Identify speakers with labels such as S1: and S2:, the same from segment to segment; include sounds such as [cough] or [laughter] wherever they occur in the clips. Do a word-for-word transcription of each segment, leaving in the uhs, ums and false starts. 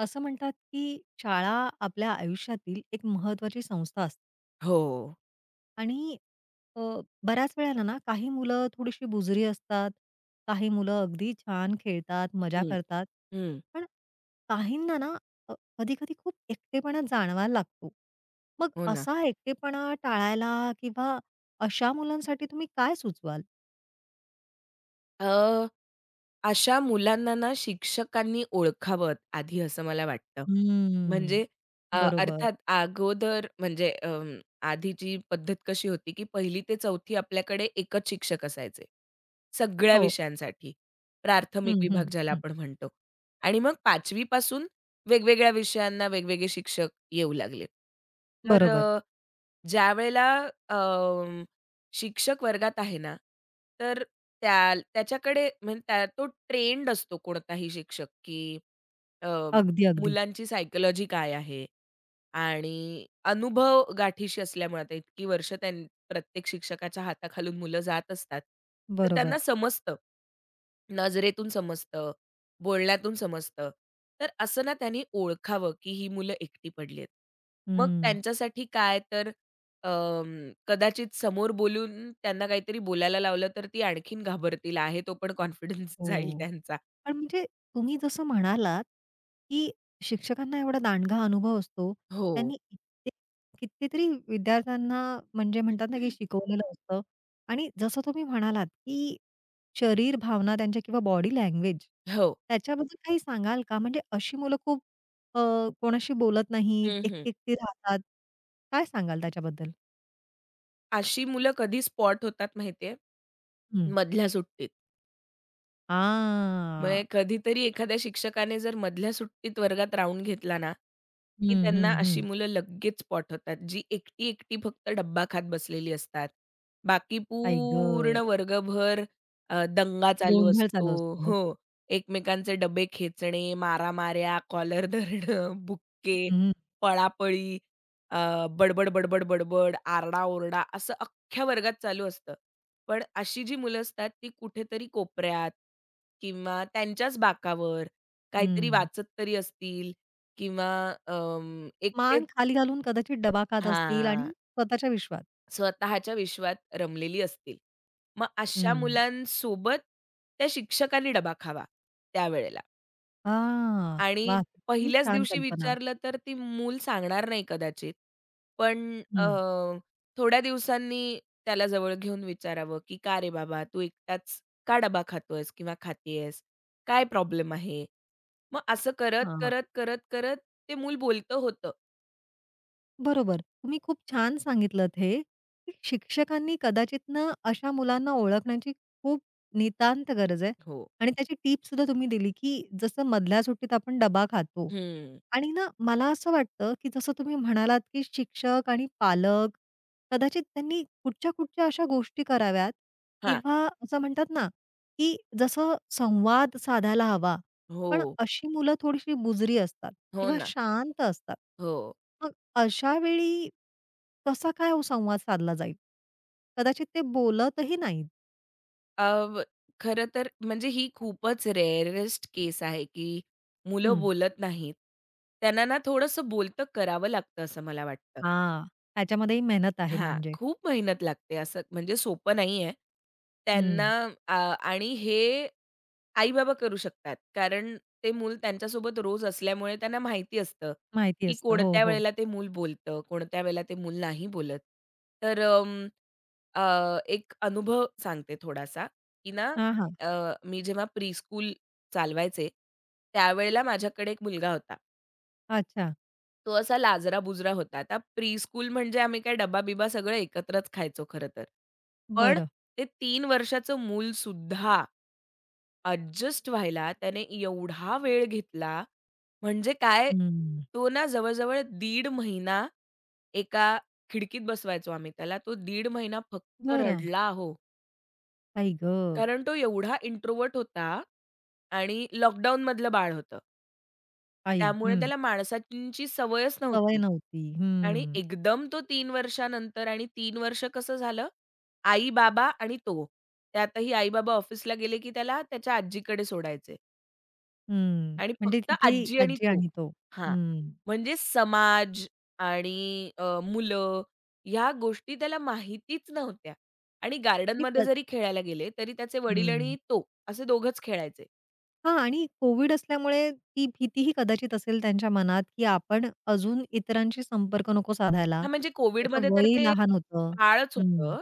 S1: असं म्हणतात की शाळा आपल्या आयुष्यातील एक महत्वाची संस्था असते
S2: हो.
S1: आणि अ, बऱ्याच वेळेला ना काही मुलं थोडीशी बुजरी असतात, काही मुलं अगदी छान खेळतात, मजा
S2: हं,
S1: करतात.
S2: हं.
S1: पण काहींना ना अ, कधी-कधी खूप एकटेपणा जाणवायला लागतो. मग
S2: हो ना.
S1: असा एकटेपणा टाळायला किंवा अशा मुलांसाठी तुम्ही काय सुचवाल?
S2: अ, अशा मुलांना ना शिक्षकांनी ओळखावं आधी असं मला वाटतं.
S1: हम्म.
S2: म्हणजे अ,
S1: बरोबर.
S2: अर्थात अगोदर म्हणजे अं, आधीची पद्धत कशी होती, की 1ली ते 4थी आपल्याकडे एकच शिक्षक असायचे. सगळ्या
S1: हो.
S2: विषयांसाठी. प्राथमिक
S1: हं,
S2: विभाग
S1: हं,
S2: ज्याला
S1: हं.
S2: आपण म्हणतो. आणि मग 5वी पासून वेगवेगळ्या विषयांना वेगवेगळे शिक्षक येऊ लागले. तर
S1: बरोबर.
S2: ज्यावेळेला अं, शिक्षक वर्गात आहे ना, तर त्या त्याच्याकडे म्हणजे त्या तो ट्रेंड असतो कोणताही शिक्षक, की अ,
S1: अगदी, अगदी.
S2: मुलांची सायकॉलॉजी काय आहे? आणि अनुभव गाठीशी असल्यामुळे आता इतकी वर्ष त्यां प्रत्येक शिक्षकाच्या हाताखालून मुलं जात असतात. तर त्यांना
S1: बरोबर.
S2: समजतं. नजरेतून समजतं, बोलण्यातून समजतं. तर असं ना त्यांनी ओळखावं, की ही मुलं एकटी पडली आहेत. मग
S1: हं.
S2: त्यांच्यासाठी काय तर अं, कदाचित समोर बोलून त्यांना काहीतरी बोलायला लावलं, तर ती आणखीन घाबरतील. आहे तो पण कॉन्फिडन्स [laughs] जाईल
S1: हो.
S2: त्यांचा.
S1: पण म्हणजे तुम्ही जसं म्हणालात, की शिक्षकांना एवढा दांडगा अनुभव असतो.
S2: हो.
S1: त्यांनी कित्ते कितीतरी विद्यार्थ्यांना म्हणजे म्हणतात ना, की शिकवलेलं असतं आणि जसं तुम्ही म्हणालात, की शरीर भावना त्यांच्या किंवा बॉडी लँग्वेज
S2: हो.
S1: त्याच्याबद्दल काही सांगाल का? म्हणजे अशी मुलं खूप अ, कोणाशी बोलत नाहीत,
S2: हं, हं.
S1: एकटी-एकटी राहतात. काय सांगाल त्याच्याबद्दल?
S2: अशी मुलं कधी स्पॉट होतात माहिती आहे?
S1: हं.
S2: मधल्या सुट्टीत.
S1: हां.
S2: मग कधीतरी एखाद्या शिक्षकाने जर मधल्या सुट्टीत वर्गात राउंड घेतला ना, की
S1: हं,
S2: त्यांना
S1: हं,
S2: अशी
S1: हं.
S2: मुलं लगेच स्पॉट होतात, जी एकटी-एकटी फक्त डब्बा खात बसलेली असतात. बाकी
S1: आई
S2: पूर्ण
S1: गं!
S2: वर्गभर अ, दंगा चालू
S1: गोंधळ
S2: असतो
S1: चालू असतो.
S2: हो. एकमेकांचे डबे खेचणे, मारामाऱ्या, कॉलर धरणं, बुक्के,
S1: हं, हं.
S2: पळापळी, अ, बडबड, बडबड, बडबड, आरडाओरडा असं अख्ख्या वर्गात चालू असतं. पण अशी जी मुलं असतात ती कुठेतरी कोपऱ्यात किंवा त्यांच्याच बाकावर काहीतरी वाचत तरी असतील किंवा अम,
S1: मान
S2: एकटेच
S1: खाली घालून कदाचित डबा खात असतील आणि
S2: हां,
S1: स्वतःच्या विश्वात.
S2: स्वतःच्या विश्वात रमलेली असतील. मग अशा
S1: हं.
S2: मुलांसोबत त्या शिक्षकांनी डबा खावा त्यावेळेला.
S1: हां.
S2: आणि
S1: वाह! किती
S2: पहिल्याच
S1: छान
S2: दिवशी
S1: कल्पना.
S2: विचारलं तर ती मूल सांगणार नाही कदाचित. पण अ,
S1: हं.
S2: थोड्या दिवसांनी त्याला जवळ घेऊन विचारावं, की "का रे बाबा, तू एकटाच का डबा खातोयस किंवा खातीयेस? काय प्रॉब्लेम आहे?" मग असं करत,
S1: हां.
S2: करत, करत, करत ते मूल बोलतं होतं.
S1: बरोबर. तुम्ही खूप छान सांगितलत हे, की शिक्षकांनी कदाचित ना अशा मुलांना ओळखण्याची खूप नितांत गरज आहे
S2: हो.
S1: आणि त्याची टिपसुद्धा तुम्ही दिली, की जसं मधल्या सुट्टीत आपण डबा खातो
S2: हं.
S1: आणि ना मला असं वाटतं, की जसं तुम्ही म्हणालात, की शिक्षक आणि पालक कदाचित त्यांनी कुठच्या-कुठच्या अशा गोष्टी कराव्यात
S2: हां.
S1: किंवा असं म्हणतात ना, की जसं संवाद साधायला हवा. पण
S2: हो.
S1: अशी मुलं थोडीशी बुजरी असतात
S2: हो
S1: किंवा
S2: ना.
S1: शांत असतात.
S2: हो.
S1: अशा वेळी कसा काय हो संवाद साधला जाईल? कदाचित ते बोलतही नाहीत.
S2: अ, खरं तर म्हणजे ही खूपच रेअरेस्ट केस आहे, की मुलं
S1: हं.
S2: बोलत नाहीत. त्यांना ना थोडंसं बोलतं करावं लागतं असं मला वाटतं.
S1: हां, त्याच्यामध्येही मेहनत आहे
S2: हां,
S1: म्हणजे.
S2: खूप मेहनत लागते असं म्हणजे सोपं नाहीये. त्यांना
S1: हं,
S2: अ, आणि हे आई-बाबा करू शकतात. कारण ते मूल त्यांच्यासोबत रोज असल्यामुळे त्यांना माहिती असतं,
S1: माहिती
S2: की
S1: असतं. हो,
S2: कोणत्या
S1: हो.
S2: वेळेला ते मूल बोलतं, कोणत्या वेळेला ते मूल नाही बोलत. तर अं, अ, एक अनुभव सांगते थोडासा, की ना
S1: हां, हां.
S2: अ, मी जेव्हा प्रीस्कूल चालवायचे, त्यावेळेला माझ्याकडे एक मुलगा होता.
S1: अच्छा.
S2: तो असा लाजरा-बुजरा होता. आता प्री स्कूल म्हणजे आम्ही काय डबा बिबा सगळं एकत्रच खायचो खरं तर. पण
S1: बरं.
S2: ते तीन वर्षाचं मूल सुद्धा अॅडजस्ट व्हायला त्याने एवढा वेळ घेतला, म्हणजे काय
S1: हं.
S2: तो ना जवळ-जवळ दीड महिना एका खिडकीत बसवायचो आम्ही त्याला. तो दीड महिना फक्त
S1: बरं.
S2: रडला अहो.
S1: आई गं!
S2: कारण तो एवढा इंट्रोव्हर्ट होता आणि लॉकडाऊनमधलं बाळ होतं.
S1: आई.
S2: त्यामुळे
S1: हं.
S2: त्याला माणसांची सवयच
S1: सवय
S2: नव्हती.
S1: नव्हती.
S2: आणि
S1: हं,
S2: एकदम तो तीन वर्षानंतर आणि तीन वर्ष कसं झालं, आई-बाबा आणि तो. त्यातही आई-बाबा ऑफिसला गेले की त्याला त्याच्या आजीकडे सोडायचे.
S1: हं.
S2: आणि
S1: म्हणजे
S2: फक्त
S1: तिथे
S2: आजी आणि
S1: आजी
S2: तो.
S1: आणि तो.
S2: हां.
S1: हं.
S2: म्हणजे समाज आणि अ, मुलं ह्या गोष्टी त्याला माहितीच नव्हत्या आणि
S1: आणि
S2: गार्डनमध्ये
S1: क
S2: जरी खेळायला गेले, तरी त्याचे वडील आणि
S1: हं.
S2: तो असे दोघंच खेळायचे.
S1: हां आणि कोव्हिड असल्यामुळे ती भीतीही कदाचित असेल त्यांच्या मनात, की आपण अजून इतरांशी संपर्क नको साधायला.
S2: हां, म्हणजे कोव्हिडमध्ये
S1: त्याचं
S2: तर
S1: वय
S2: ते
S1: लहान होतं.
S2: बाळच
S1: हं,
S2: होतं.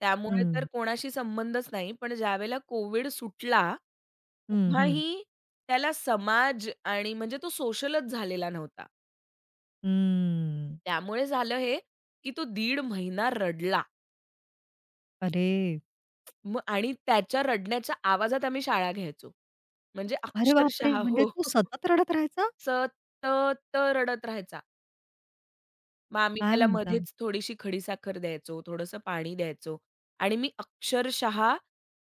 S2: त्यामुळे तर
S1: हं,
S2: कोणाशी संबंधच नाही. पण ज्यावेळेला कोव्हिड सुटला,
S1: हं, हं,
S2: तेव्हाही त्याला समाज आणि म्हणजे तो सोशलच झालेला नव्हता.
S1: हं.
S2: त्यामुळे झालं हे, की तो दीड महिना रडला.
S1: अरे!
S2: मग आणि त्याच्या रडण्याच्या आवाजात आम्ही शाळा घ्यायचो. म्हणजे
S1: अरे बापरे!
S2: अक्षरशः
S1: म्हणजे
S2: हो.
S1: तू
S2: [laughs]
S1: सतत रडत राहायचा?
S2: सतत रडत राहायचा. मग आम्ही
S1: काय
S2: त्याला
S1: म्हणता?
S2: मध्येच थोडीशी खडीसाखर द्यायचो, थोडंसं पाणी द्यायचो आणि मी अक्षरशः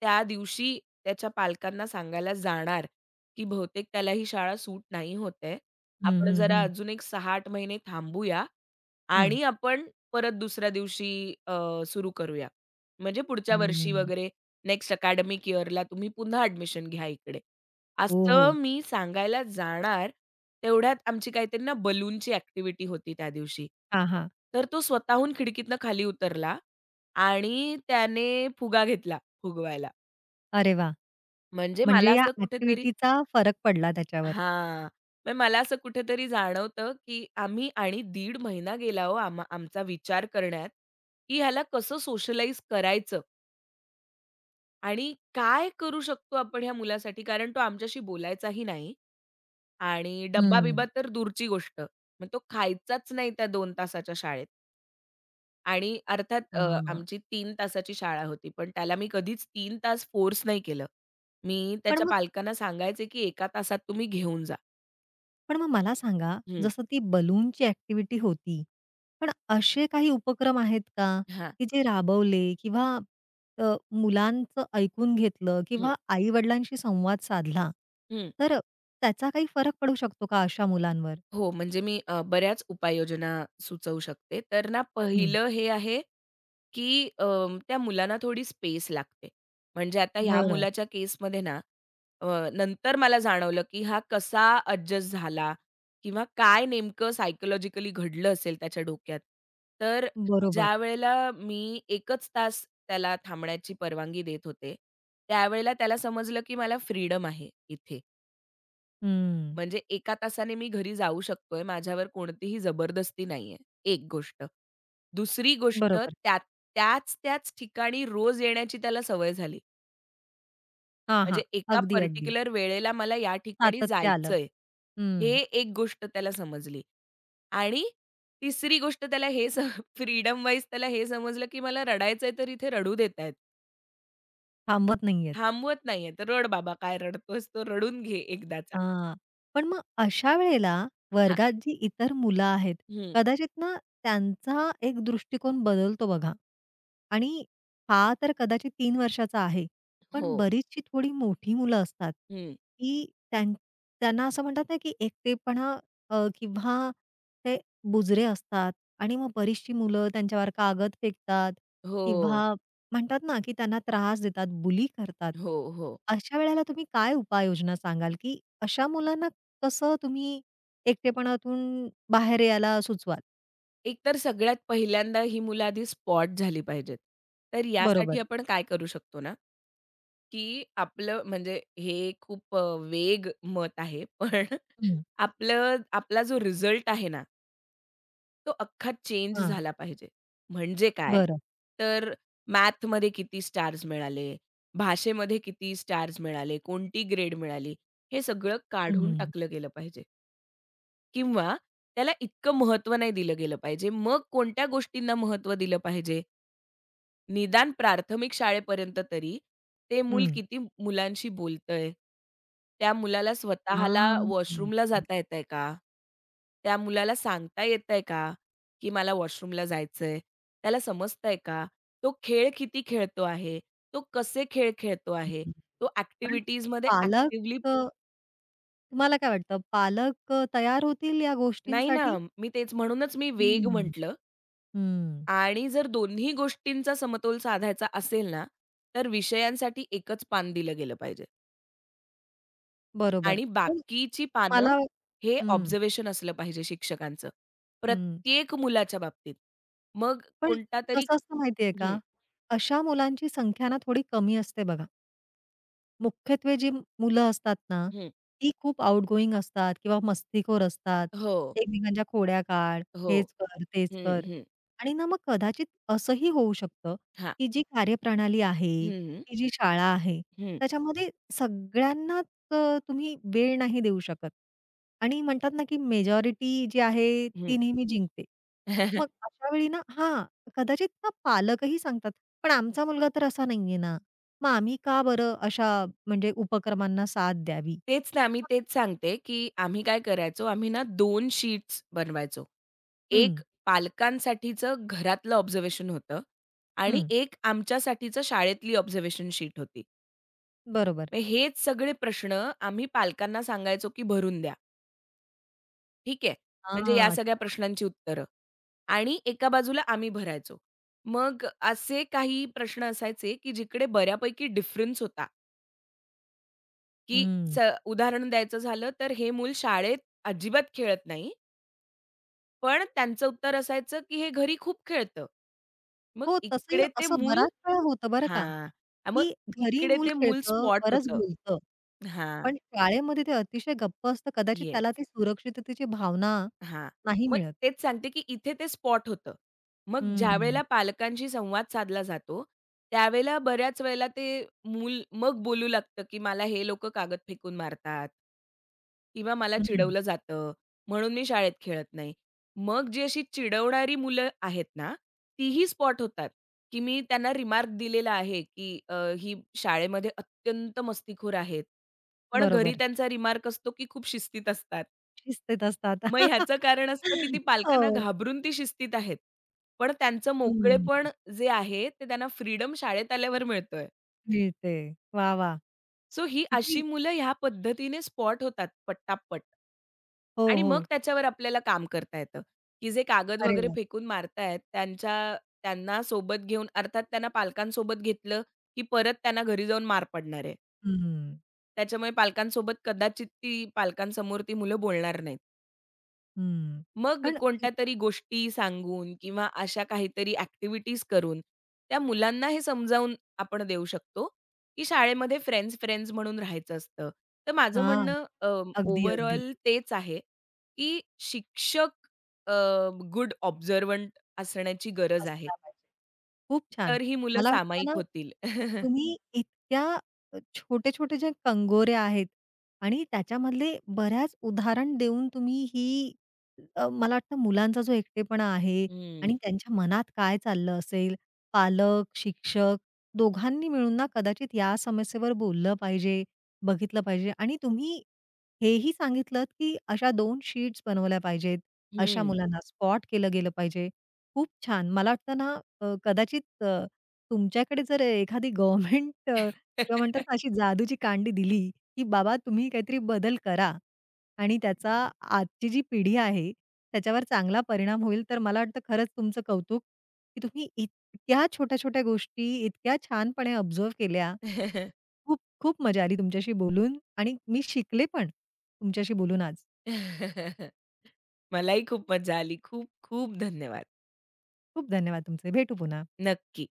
S2: त्या दिवशी त्याच्या पालकांना सांगायला जाणार, की बहुतेक त्याला ही शाळा सूट नाही होते, आहे.
S1: हं,
S2: आपण
S1: हं,
S2: जरा
S1: हं,
S2: अजून एक सहा ते आठ महिने थांबूया
S1: हं,
S2: आणि आपण परत दुसऱ्या दिवशी सुरू करूया. म्हणजे पुढच्या वर्षी
S1: हं.
S2: वगैरे नेक्स्ट अकॅडमिक इयरला तुम्ही पुन्हा ॲडमिशन घ्या इकडे.
S1: हो,
S2: असं
S1: हो.
S2: मी सांगायला जाणार, तेवढ्यात आमची काहीतरी ना बलूनची ॲक्टिव्हिटी होती त्या दिवशी.
S1: हां, हां.
S2: तर तो स्वतःहून खिडकीतनं खाली उतरला आणि त्याने फुगा घेतला फुगवायला.
S1: अरे वा,
S2: म्हणजे मला
S1: म्हणजे या
S2: असं कुठेतरी
S1: ॲक्टिव्हिटीचा फरक पडला त्याच्यावर.
S2: हां. मग मला असं कुठेतरी जाणवतं, की आम्ही आणि दीड महिना गेला हो आम आमचा विचार करण्यात, की ह्याला कसं सोशलाइज करायचं आणि काय करू शकतो आपण ह्या मुलासाठी कारण तो आमच्याशी बोलायचाही नाही. आणि डब्बा-बिब्बा
S1: हं.
S2: तर दूरची गोष्ट. मग तो खायचाच नाही त्या दोन तासाच्या शाळेत. आणि अर्थात अ,
S1: हां.
S2: आमची तीन तासाची शाळा होती, पण त्याला मी कधीच तीन तास फोर्स नाही केलं. मी
S1: पण
S2: त्याच्या
S1: मग
S2: पालकांना सांगायचे, की एका तासात तुम्ही घेऊन जा."
S1: पण मग मला सांगा,
S2: हं,
S1: जसं ती बलूनची ॲक्टिव्हिटी होती, पण असे काही उपक्रम आहेत का,
S2: हां,
S1: की जे राबवले किंवा अ, मुलांचं ऐकून घेतलं
S2: हं,
S1: किंवा आई-वडिलांशी संवाद साधला,
S2: हं.
S1: तर त्याचा काही फरक पडू शकतो का अशा मुलांवर?
S2: हो, म्हणजे मी अ, बऱ्याच उपाययोजना सुचवू शकते. तर ना,
S1: हं.
S2: पहिलं हे आहे की अं, त्या मुलांना थोडी स्पेस लागते. म्हणजे आता ह्या
S1: बरं.
S2: मुलाच्या केसमध्ये ना, अ, नंतर मला जाणवलं की हा कसा अॅडजस्ट झाला किंवा काय नेमकं सायकॉलॉजिकली घडलं असेल त्याच्या डोक्यात. तर
S1: बरोबर.
S2: ज्यावेळेला मी एकच तास त्याला थांबण्याची परवानगी देत होते, त्यावेळेला त्याला समजलं की मला फ्रीडम आहे इथे.
S1: हं.
S2: म्हणजे एका तासाने मी घरी जाऊ शकतोय. माझ्यावर कोणतीही जबरदस्ती नाहीये. एक गोष्ट. दुसरी गोष्ट
S1: बरोबर.
S2: त्या त्याच-त्याच ठिकाणी रोज येण्याची त्याला सवय झाली.
S1: हां, हां.
S2: म्हणजे एका
S1: अगदी, अगदी.
S2: पर्टिक्युलर वेळेला मला या ठिकाणी
S1: सातत्य आलं.
S2: जायचंय. हे
S1: हं.
S2: एक गोष्ट त्याला समजली. आणि तिसरी गोष्ट त्याला हे फ्रीडम वाईज त्याला हे समजलं, की मला रडायचंय तर इथे रडू देत आहेत.
S1: थांबत नाहीयेत.
S2: थांबवत नाहीये. तर रड बाबा काय रडतोस तो रडून घे एकदाचा.
S1: हां. पण मग अशा वेळेला
S2: हां.
S1: वर्गात जी इतर मुलं आहेत,
S2: हं.
S1: कदाचित ना त्यांचा एक दृष्टिकोन बदलतो बघा. आणि हा तर कदाचित तीन वर्षाचा आहे.
S2: हो.
S1: पण बरीचशी थोडी मोठी मुलं असतात,
S2: हं.
S1: की त्यां त्यांना असं म्हणतात ना, की एकटेपणा अ, किंवा ते बुजरे असतात आणि मग बरीचशी मुलं त्यांच्यावर कागद फेकतात
S2: हो.
S1: किंवा म्हणतात ना, की त्यांना त्रास देतात, बुली करतात.
S2: हो, हो.
S1: अशा वेळेला तुम्ही काय उपाययोजना सांगाल, की अशा मुलांना कसं तुम्ही एकटेपणातून बाहेर यायला सुचवाल?
S2: एकतर सगळ्यात पहिल्यांदा ही मुलं आधी स्पॉट झाली पाहिजेत. तर यासाठी
S1: बरोबर.
S2: आपण काय करू शकतो ना, की आपलं म्हणजे हे खूप अ, वेग मत आहे, पण [laughs]
S1: हं.
S2: आपलं आपला जो रिझल्ट आहे ना, तो अख्खा चेंज
S1: हां.
S2: झाला पाहिजे. म्हणजे काय,
S1: बरं.
S2: तर मॅथमध्ये किती स्टार्स मिळाले, भाषेमध्ये किती स्टार्स मिळाले, कोणती ग्रेड मिळाली, हे सगळं काढून
S1: हं,
S2: टाकलं गेलं पाहिजे. किंवा त्याला इतकं महत्त्व नाही दिलं गेलं पाहिजे. मग कोणत्या गोष्टींना महत्त्व दिलं पाहिजे? निदान प्राथमिक शाळेपर्यंत तरी ते मूल
S1: हं.
S2: किती मुलांशी बोलतंय? त्या मुलाला स्वतःला
S1: हां.
S2: वॉशरूमला जाता येतंय का? त्या मुलाला सांगता येतंय का, की मला वॉशरूमला जायचंय? त्याला समजतंय का? तो खेळ किती खेळतो आहे? तो कसे खेळ खेळतो आहे?
S1: अगदी.
S2: तो
S1: पण
S2: ॲक्टिव्हिटीजमध्ये
S1: पालक
S2: ॲक्टिव्हली
S1: अ, तुम्हाला काय वाटतं पालक अ, तयार होतील या
S2: नाही ना,
S1: गोष्टींसाठी?
S2: मी तेच म्हणूनच मी वेग
S1: हं.
S2: म्हटलं.
S1: हं.
S2: आणि जर दोन्ही गोष्टींचा समतोल साधायचा असेल ना, तर विषयांसाठी एकच पान दिलं गेलं पाहिजे
S1: बरोबर.
S2: आणि
S1: पण
S2: बाकीची पानं
S1: मला
S2: हे
S1: हं,
S2: ऑब्झर्वेशन असलं पाहिजे शिक्षकांचं.
S1: हं.
S2: प्रत्येक मुलाच्या बाबतीत. मग
S1: पण
S2: कोणतातरी
S1: कसं असतं माहितीये
S2: हं,
S1: का? अशा मुलांची संख्या ना थोडी कमी असते बघा. मुख्यत्वे जी मुलं असतात ना,
S2: हं.
S1: ती खूप आउटगोइंग असतात किंवा मस्तीखोर असतात.
S2: हो,
S1: एकमेकांच्या खोड्या काढ,
S2: हो.
S1: हेच कर, तेच
S2: हं,
S1: कर
S2: हं.
S1: आणि ना मग कदाचित असंही होऊ शकतं,
S2: हां.
S1: की जी कार्यप्रणाली आहे,
S2: हं, हं.
S1: ही जी शाळा आहे,
S2: हं,
S1: त्याच्यामध्ये सगळ्यांनाच अ, तुम्ही वेळ नाही देऊ शकत आणि म्हणतात ना, की मेजॉरिटी जी आहे
S2: हं.
S1: ती नेहमी जिंकते. मग
S2: [laughs]
S1: अशा वेळी ना हां, कदाचित ना पालकही सांगतात, "पण आमचा मुलगा तर असा नाहीये ना." मग आम्ही का बरं अशा म्हणजे उपक्रमांना साथ द्यावी?
S2: तेच ना, मी तेच सांगते, की आम्ही काय करायचो, आम्ही ना दोन शीट्स बनवायचो.
S1: हं,
S2: एक पालकांसाठीचं घरातलं ऑब्झर्वेशन होतं आणि
S1: हं.
S2: एक आमच्यासाठीचं शाळेतली ऑब्झर्वेशन शीट होती.
S1: बरोबर.
S2: मग हेच सगळे प्रश्न आम्ही पालकांना सांगायचो, की भरून द्या. ठीक आहे. म्हणजे या
S1: हां.
S2: सगळ्या प्रश्नांची उत्तरं आणि एका बाजूला आम्ही भरायचो. मग असे काही प्रश्न असायचे, की जिकडे बऱ्यापैकी डिफरन्स होता, की
S1: हं.
S2: स उदाहरण द्यायचं झालं तर हे मूल शाळेत अजिबात खेळत नाही, पण त्यांचं उत्तर असायचं, की हे घरी खूप खेळतं. मग
S1: हो, तसंही
S2: इकडे ते
S1: असं
S2: मूल
S1: बराच वेळा होतं बरं का,
S2: हां. अ, मग
S1: की घरी
S2: इकडे
S1: मूल
S2: ते मूल
S1: खेळतं,
S2: स्पॉट
S1: बरंच
S2: होतं.
S1: बोलतं.
S2: हां.
S1: पण शाळेमध्ये ते अतिशय गप्प असतं. कदाचित
S2: येस.
S1: त्याला ती सुरक्षिततेची भावना
S2: हां.
S1: नाही
S2: मग
S1: मिळत.
S2: तेच सांगते, की इथे ते स्पॉट होतं. मग ज्यावेळेला
S1: हं,
S2: पालकांशी संवाद साधला जातो, त्यावेळेला बऱ्याच वेळेला ते मूल मग बोलू लागतं, की मला हे लोक कागद फेकून मारतात किंवा मला
S1: हं.
S2: चिडवलं जातं, म्हणून मी शाळेत खेळत नाही. मग जी अशी चिडवणारी मुलं आहेत ना, तीही स्पॉट होतात, की मी त्यांना रिमार्क दिलेला आहे, की अ, ही शाळेमध्ये अत्यंत मस्तीखोर आहेत. पण घरी
S1: बरोबर.
S2: त्यांचा रिमार्क असतो, की खूप शिस्तीत असतात.
S1: शिस्तीत असतात.
S2: मग ह्याचं कारण असतं, की ती
S1: [laughs] हो.
S2: पालकांना घाबरून ती शिस्तीत आहेत. पण त्यांचं मोकळेपण
S1: हं.
S2: जे आहे, ते त्यांना फ्रीडम शाळेत आल्यावर मिळतोय.
S1: मिळते. वाह, वाह!
S2: सो ही
S1: किती
S2: अशी मुलं ह्या पद्धतीने स्पॉट होतात पट्टापट,
S1: हो,
S2: आणि मग
S1: हो.
S2: त्याच्यावर आपल्याला काम करता येतं, की जे कागद
S1: अरे
S2: वगैरे
S1: वाह!
S2: फेकून मारतायत त्यांच्या त्यांना सोबत घेऊन अर्थात त्यांना पालकांसोबत घेतलं, की परत त्यांना घरी जाऊन मार पडणार आहे.
S1: हं.
S2: त्याच्यामुळे पालकांसोबत कदाचित ती पालकांसमोर ती मुलं बोलणार नाहीत.
S1: हं.
S2: मग
S1: पण
S2: कोणत्या तरी गोष्टी सांगून किंवा अशा काहीतरी ॲक्टिव्हिटीज करून, त्या मुलांना हे समजावून आपण देऊ शकतो, की शाळेमध्ये फ्रेंड्स, फ्रेंड्स म्हणून राहायचं असतं. तर माझं
S1: हां.
S2: म्हणणं अ,
S1: अगदी, अगदी.
S2: ओव्हरऑल तेच आहे, की शिक्षक गुड ऑब्झर्व्हंट असण्याची गरज आहे.
S1: असला पाहिजे. खूप छान.
S2: तर ही मुलं
S1: मला वाटतं
S2: सामायिक
S1: ना,
S2: होतील. [laughs]
S1: तुम्ही इतक्या छोटे-छोटे जे कंगोऱ्या आहेत आणि त्याच्यामधले बऱ्याच उदाहरण देऊन तुम्ही ही अ, मला वाटतं मुलांचा जो एकटेपणा आहे आणि
S2: हं,
S1: त्यांच्या मनात काय चाललं असेल, पालक, शिक्षक दोघांनी मिळून ना कदाचित या समस्येवर बोललं पाहिजे, बघितलं पाहिजे आणि तुम्ही हेही सांगितलत, की अशा दोन शीट्स बनवल्या पाहिजेत, अशा
S2: हं.
S1: मुलांना स्पॉट केलं गेलं पाहिजे. खूप छान. मला वाटतं ना अ, कदाचित अ, तुमच्याकडे जर एखादी गव्हर्नमेंट किंवा म्हणतात ना अशी जादूची कांडी दिली, की बाबा तुम्ही काहीतरी बदल करा आणि त्याचा आजची जी पिढी आहे, त्याच्यावर चांगला परिणाम होईल. तर मला वाटतं खरंच तुमचं कौतुक, की तुम्ही इतक्या छोट्या-छोट्या गोष्टी इतक्या छानपणे ऑब्झर्व्ह केल्या.
S2: [laughs]
S1: खूप खूप मजा आली तुमच्याशी बोलून आणि मी शिकले पण तुमच्याशी बोलून आज.
S2: मलाही खूप मजा आली. खूप खूप धन्यवाद.
S1: खूप धन्यवाद तुमचे. भेटू पुन्हा.
S2: नक्की.